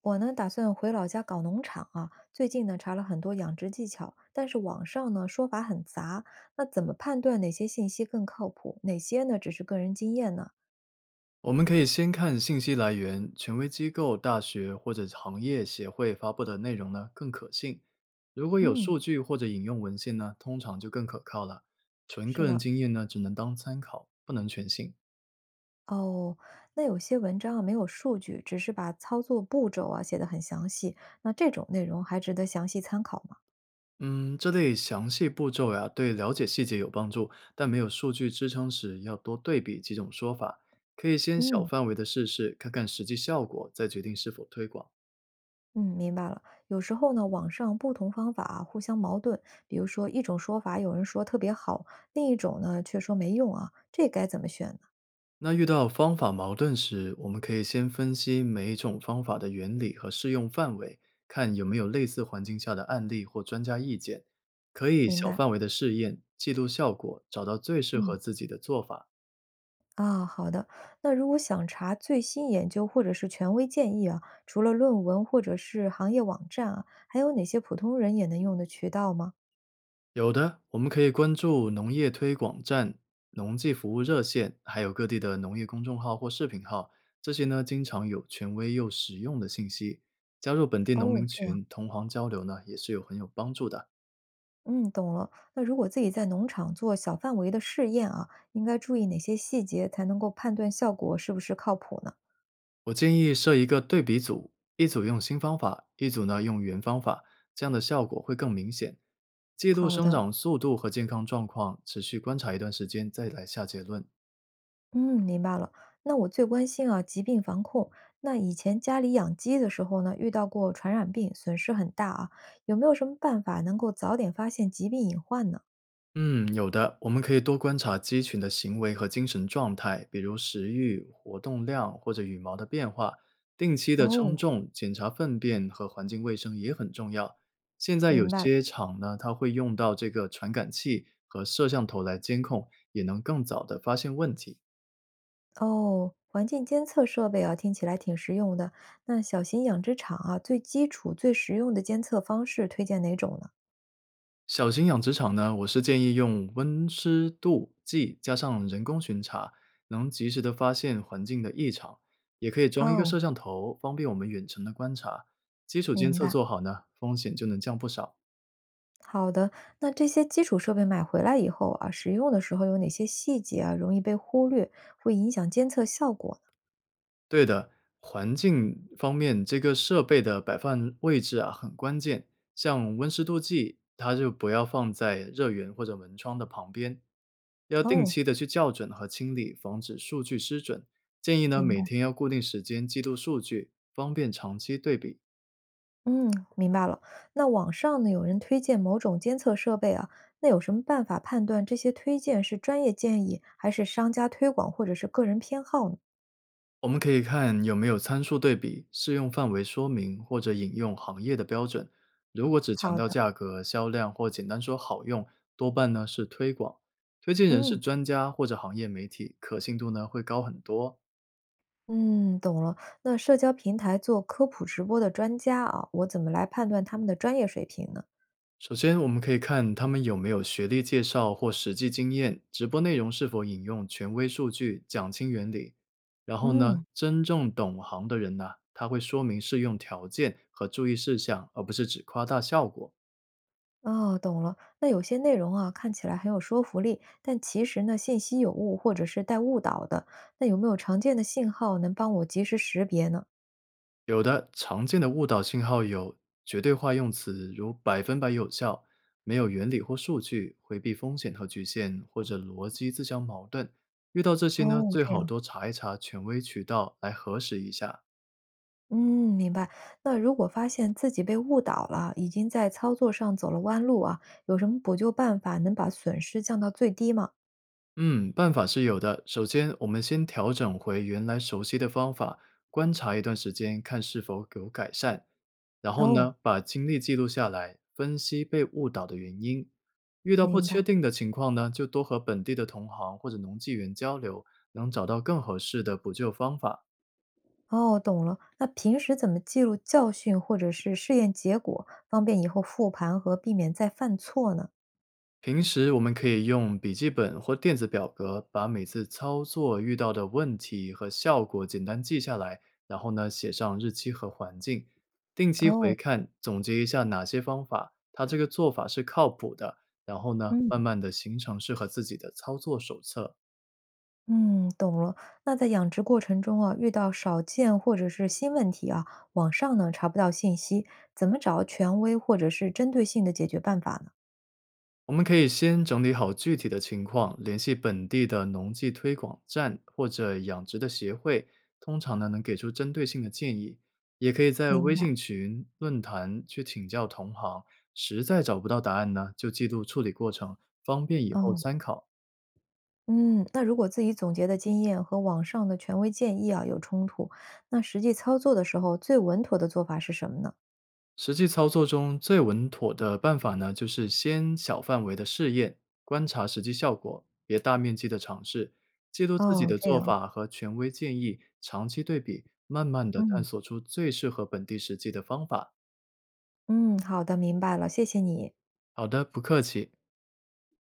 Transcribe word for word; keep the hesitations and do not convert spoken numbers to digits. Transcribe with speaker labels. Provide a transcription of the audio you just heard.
Speaker 1: 我呢，打算回老家搞农场啊。最近呢，查了很多养殖技巧，但是网上呢说法很杂，那怎么判断哪些信息更靠谱，哪些呢只是个人经验呢？
Speaker 2: 我们可以先看信息来源，权威机构、大学或者行业协会发布的内容呢更可信。如果有
Speaker 1: 嗯，
Speaker 2: 数据或者引用文献呢，通常就更可靠了。纯个
Speaker 1: 是
Speaker 2: 人
Speaker 1: 的，
Speaker 2: 经验呢，只能当参考，不能全信。
Speaker 1: 哦，那有些文章啊没有数据，只是把操作步骤啊写得很详细，那这种内容还值得详细参考吗？
Speaker 2: 嗯，这类详细步骤呀，对了解细节有帮助，但没有数据支撑时，要多对比几种说法。可以先小
Speaker 1: 嗯。
Speaker 2: 范围的试试，看看实际效果，再决定是否推广。
Speaker 1: 嗯，明白了。有时候呢，网上不同方法啊互相矛盾，比如说一种说法有人说特别好，另一种呢却说没用啊，这该怎么选呢？
Speaker 2: 那遇到方法矛盾时，我们可以先分析每一种方法的原理和适用范围，看有没有类似环境下的案例或专家意见。可以
Speaker 1: 明
Speaker 2: 小
Speaker 1: 白，
Speaker 2: 范围的试验，记录效果，找到最适合
Speaker 1: 嗯，
Speaker 2: 自己的做法。
Speaker 1: 啊，好的。那如果想查最新研究或者是权威建议啊，除了论文或者是行业网站啊，还有哪些普通人也能用的渠道吗？
Speaker 2: 有的，我们可以关注农业推广站、农技服务热线，还有各地的农业公众号或视频号，这些呢经常有权威又实用的信息。加入本地农
Speaker 1: 哦，
Speaker 2: 民
Speaker 1: 这样，
Speaker 2: 群，同行交流呢也是有很有帮助的。
Speaker 1: 嗯，懂了。那如果自己在农场做小范围的试验啊，应该注意哪些细节才能够判断效果是不是靠谱呢？
Speaker 2: 我建议设一个对比组，一组用新方法，一组呢用原方法，这样的效果会更明显。记录
Speaker 1: 好
Speaker 2: 生
Speaker 1: 的。
Speaker 2: 长速度和健康状况，持续观察一段时间再来下结论。
Speaker 1: 嗯，明白了。那我最关心啊，疾病防控。那以前家里养鸡的时候呢，遇到过传染病，损失很大啊。有没有什么办法能够早点发现疾病隐患呢？
Speaker 2: 嗯，有的，我们可以多观察鸡群的行为和精神状态，比如食欲、活动量或者羽毛的变化。定期的称
Speaker 1: 哦，
Speaker 2: 重、检查粪便和环境卫生也很重要。现在有
Speaker 1: 明白。了。
Speaker 2: 些厂呢，它会用到这个传感器和摄像头来监控，也能更早的发现问题。
Speaker 1: 哦，环境监测设备啊，听起来挺实用的。那小型养殖场啊，最基础、最实用的监测方式推荐哪种呢？
Speaker 2: 小型养殖场呢，我是建议用温湿度计加上人工巡查，能及时的发现环境的异常，也可以装一个
Speaker 1: 哦，
Speaker 2: 摄像头，方便我们远程的观察。基础监
Speaker 1: 明
Speaker 2: 测
Speaker 1: 白。
Speaker 2: 做好呢，风险就能降不少。
Speaker 1: 好的，那这些基础设备买回来以后啊，使用的时候有哪些细节啊，容易被忽略，会影响监测效果呢？
Speaker 2: 对的，环境方面，这个设备的摆放位置啊很关键，像温湿度计，它就不要放在热源或者门窗的旁边，要定
Speaker 1: 哦，
Speaker 2: 期的去校准和清理，防止数据失准。建议呢，
Speaker 1: 明
Speaker 2: 每
Speaker 1: 白，
Speaker 2: 天要固定时间记录数据，方便长期对比。
Speaker 1: 嗯，明白了。那网上呢，有人推荐某种监测设备啊，那有什么办法判断这些推荐是专业建议，还是商家推广，或者是个人偏好呢？
Speaker 2: 我们可以看有没有参数对比、适用范围说明或者引用行业的标准。如果只强
Speaker 1: 好
Speaker 2: 调
Speaker 1: 的，
Speaker 2: 价格、销量或简单说好用，多半呢是推广。推荐人是
Speaker 1: 嗯
Speaker 2: 专家或者行业媒体，可信度呢会高很多。
Speaker 1: 嗯，懂了。那社交平台做科普直播的专家啊，我怎么来判断他们的专业水平呢？
Speaker 2: 首先，我们可以看他们有没有学历介绍或实际经验，直播内容是否引用权威数据，讲清原理。然后呢，
Speaker 1: 嗯，
Speaker 2: 真正懂行的人呢、他会说明适用条件和注意事项，而不是只夸大效果。
Speaker 1: 哦，懂了。那有些内容啊，看起来很有说服力，但其实呢，信息有误或者是带误导的。那有没有常见的信号能帮我及时识别呢？
Speaker 2: 有的常见的误导信号有绝对化用词，如百分百有效，没有原理或数据，回避风险和局限，或者逻辑自相矛盾。遇到这些呢，
Speaker 1: 哦，
Speaker 2: 最
Speaker 1: 这
Speaker 2: 好
Speaker 1: 样。
Speaker 2: 多查一查权威渠道来核实一下。
Speaker 1: 嗯，明白。那如果发现自己被误导了，已经在操作上走了弯路啊，有什么补救办法能把损失降到最低吗？
Speaker 2: 嗯，办法是有的。首先，我们先调整回原来熟悉的方法，观察一段时间，看是否有改善。然后呢，
Speaker 1: 哦，
Speaker 2: 把经历记录下来，分析被误导的原因。遇到不
Speaker 1: 明
Speaker 2: 确
Speaker 1: 白。
Speaker 2: 定的情况呢，就多和本地的同行或者农技员交流，能找到更合适的补救方法。
Speaker 1: 哦，懂了。那平时怎么记录教训或者是试验结果，方便以后复盘和避免再犯错呢？
Speaker 2: 平时我们可以用笔记本或电子表格，把每次操作遇到的问题和效果简单记下来，然后呢写上日期和环境，定期回
Speaker 1: 哦，
Speaker 2: 看，总结一下哪些方法，它这个做法是靠谱的，然后呢
Speaker 1: 嗯
Speaker 2: 慢慢的形成适合自己的操作手册。
Speaker 1: 嗯，懂了。那在养殖过程中啊，遇到少见或者是新问题啊，网上呢查不到信息，怎么找权威或者是针对性的解决办法呢？
Speaker 2: 我们可以先整理好具体的情况，联系本地的农技推广站或者养殖的协会，通常呢能给出针对性的建议。也可以在
Speaker 1: 明
Speaker 2: 微
Speaker 1: 白。
Speaker 2: 信群、论坛去请教同行，实在找不到答案呢，就记录处理过程，方便以后
Speaker 1: 哦。
Speaker 2: 参考。
Speaker 1: 嗯，那如果自己总结的经验和网上的权威建议啊有冲突，那实际操作的时候最稳妥的做法是什么呢？
Speaker 2: 实际操作中最稳妥的办法呢，就是先小范围的试验，观察实际效果，别大面积的尝试，记录自己
Speaker 1: 哦，
Speaker 2: 的
Speaker 1: 这
Speaker 2: 做
Speaker 1: 样，
Speaker 2: 法和权威建议，长期对比，慢慢的探
Speaker 1: 嗯
Speaker 2: 索出最适合本地实际的方法。
Speaker 1: 嗯，好的，明白了，谢谢你。
Speaker 2: 好的，不客气。